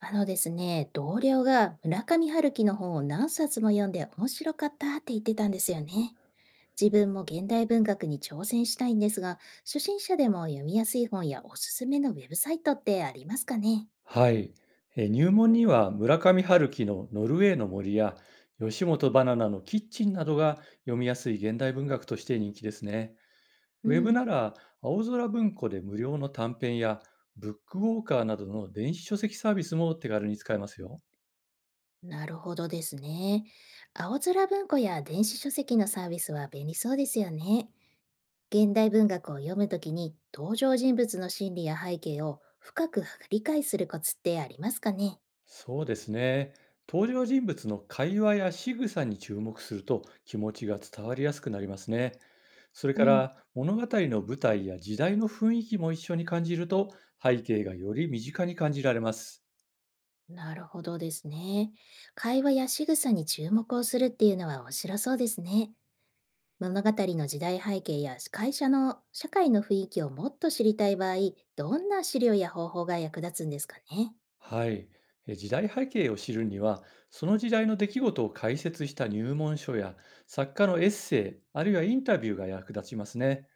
あのですね、同僚が村上春樹の本を何冊も読んで面白かったって言ってたんですよね。自分も現代文学に挑戦したいんですが、初心者でも読みやすい本やおすすめのウェブサイトってありますかね？はい、入門には村上春樹の「ノルウェーの森」や吉本バナナの「キッチン」などが読みやすい現代文学として人気ですね。うウェブん。なら青空文庫で無料の短編やブックウォーカーなどの電子書籍サービスも手軽に使えますよ。なるほどですね。青空文庫や電子書籍のサービスは便利そうですよね。現代文学を読むときに登場人物の心理や背景を深く理解するコツってありますかね？そうですね。登場人物の会話や仕草に注目すると気持ちが伝わりやすくなりますね。それうかん。ら物語の舞台や時代の雰囲気も一緒に感じると背景がより身近に感じられます。なるほどですね。会話や仕草に注目をするっていうのは面白そうですね。物語の時代背景や会社の社会の雰囲気をもっと知りたい場合、どんな資料や方法が役立つんですかね。はい。時代背景を知るには、その時代の出来事を解説した入門書や作家のエッセイ、あるいはインタビューが役立ちますね。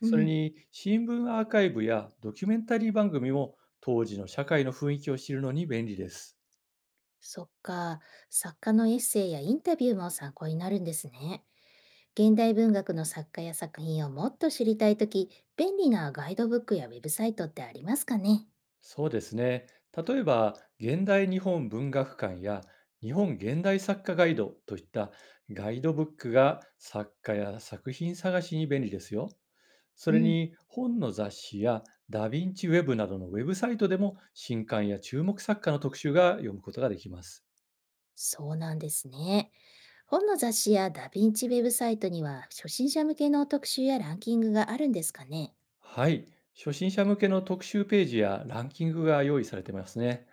うそれん。に新聞アーカイブやドキュメンタリー番組も当時の社会の雰囲気を知るのに便利です。そっか、作家のエッセイやインタビューも参考になるんですね。現代文学の作家や作品をもっと知りたいとき、便利なガイドブックやウェブサイトってありますかね？そうですね。例えば、現代日本文学館や日本現代作家ガイドといったガイドブックが作家や作品探しに便利ですよ。そうれん。に本の雑誌やダヴィンチウェブなどのウェブサイトでも新刊や注目作家の特集が読むことができます。そうなんですね。本の雑誌やダヴィンチウェブサイトには初心者向けの特集やランキングがあるんですかね？はい。初心者向けの特集ページやランキングが用意されてますね。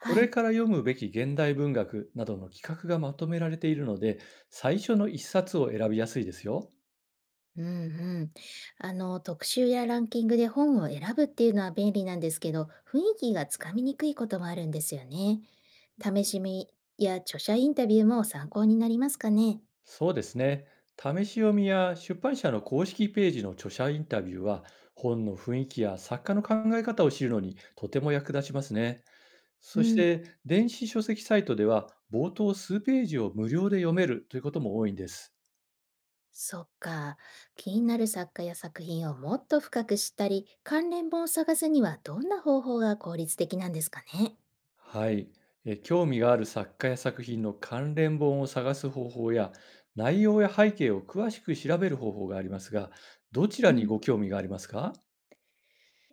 これい。から読むべき現代文学などの企画がまとめられているので、最初の一冊を選びやすいですよ。うんうん。あの、特集やランキングで本を選ぶっていうのは便利なんですけど、雰囲気がつかみにくいこともあるんですよね。試し見や著者インタビューも参考になりますかね？そうですね。試し読みや出版社の公式ページの著者インタビューは、本の雰囲気や作家の考え方を知るのにとても役立ちますね。うそしん。て、電子書籍サイトでは、冒頭数ページを無料で読めるということも多いんです。そっか。気になる作家や作品をもっと深く知ったり、関連本を探すにはどんな方法が効率的なんですかね？はい、興味がある作家や作品の関連本を探す方法や、内容や背景を詳しく調べる方法がありますが、どちらうにん。ご興味がありますか？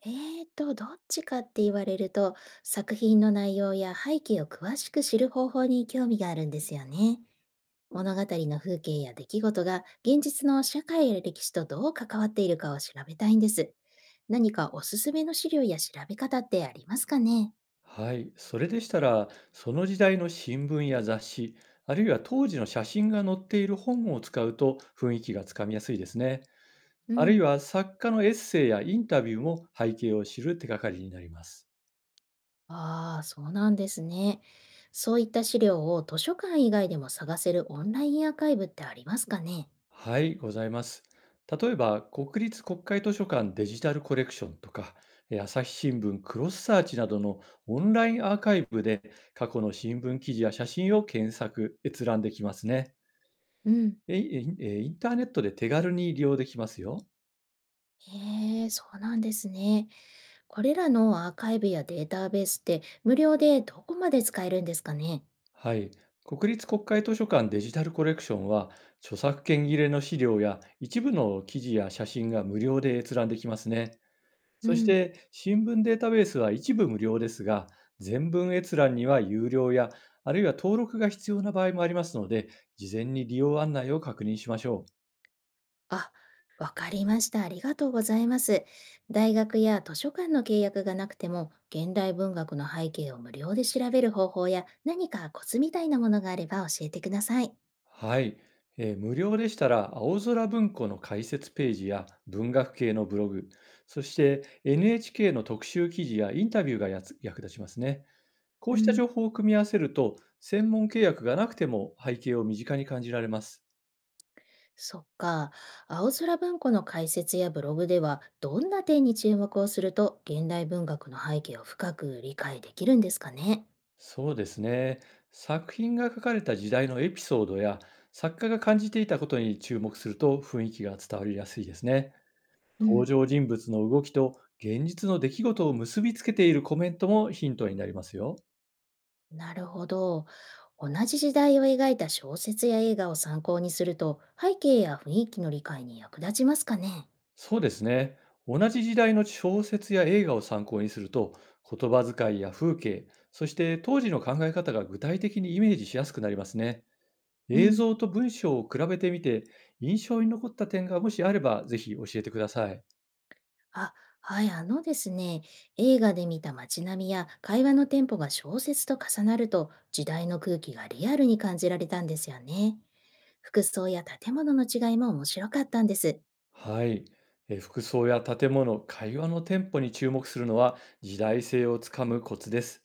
どっちかって言われると、作品の内容や背景を詳しく知る方法に興味があるんですよね。物語の風景や出来事が現実の社会や歴史とどう関わっているかを調べたいんです。何かおすすめの資料や調べ方ってありますかね？はい、それでしたらその時代の新聞や雑誌、あるいは当時の写真が載っている本を使うと雰囲気がつかみやすいですね。うあるいん。は作家のエッセイやインタビューも背景を知る手がかりになります。ああ、そうなんですね。そういった資料を図書館以外でも探せるオンラインアーカイブってありますかね？はい、ございます。例えば、国立国会図書館デジタルコレクションとか、朝日新聞クロスサーチなどのオンラインアーカイブで過去の新聞記事や写真を検索、閲覧できますね。うん。えいえいえーインターネットで手軽に利用できますよ。へえ、そうなんですね。これらのアーカイブやデータベースって無料でどこまで使えるんですかね？はい。国立国会図書館デジタルコレクションは、著作権切れの資料や一部の記事や写真が無料で閲覧できますね。うそしん。て新聞データベースは一部無料ですが、全文閲覧には有料や、あるいは登録が必要な場合もありますので、事前に利用案内を確認しましょう。あ、わかりました。ありがとうございます。大学や図書館の契約がなくても、現代文学の背景を無料で調べる方法や何かコツみたいなものがあれば教えてください。はい。無料でしたら、青空文庫の解説ページや文学系のブログ、そして NHK の特集記事やインタビューが役立ちますね。こううしたん。情報を組み合わせると、専門契約がなくても背景を身近に感じられます。そっか。青空文庫の解説やブログでは、どんな点に注目をすると、現代文学の背景を深く理解できるんですかね？そうですね。作品が書かれた時代のエピソードや作家が感じていたことに注目すると雰囲気が伝わりやすいですね。う登ん。場人物の動きと現実の出来事を結びつけているコメントもヒントになりますよ。なるほど。同じ時代を描いた小説や映画を参考にすると、背景や雰囲気の理解に役立ちますかね？そうですね。同じ時代の小説や映画を参考にすると、言葉遣いや風景、そして当時の考え方が具体的にイメージしやすくなりますね。う映ん、像と文章を比べてみて、印象に残った点がもしあればぜひ教えてください。あ、はい、あのですね、映画で見た街並みや会話のテンポが小説と重なると、時代の空気がリアルに感じられたんですよね。服装や建物の違いも面白かったんです。はい。服装や建物、会話のテンポに注目するのは時代性をつかむコツです。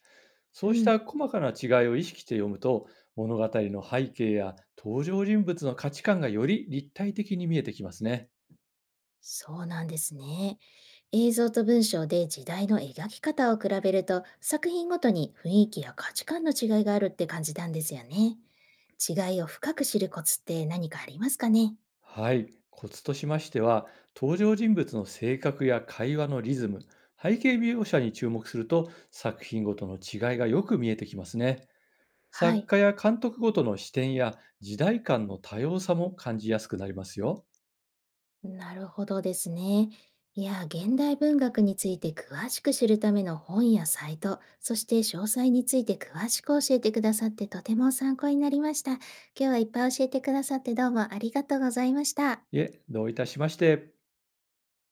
そううしん。た細かな違いを意識して読むと、物語の背景や登場人物の価値観がより立体的に見えてきますね。そうなんですね。映像と文章で時代の描き方を比べると作品ごとに雰囲気や価値観の違いがあるって感じたんですよね。違いを深く知るコツって何かありますかね？はい。コツとしましては、登場人物の性格や会話のリズム、背景描写に注目すると作品ごとの違いがよく見えてきますね。は作い。家や監督ごとの視点や時代感の多様さも感じやすくなりますよ。なるほどですね。いや、現代文学について詳しく知るための本やサイト、そして詳細について詳しく教えてくださってとても参考になりました。今日はいっぱい教えてくださってどうもありがとうございました。いえ、どういたしまして。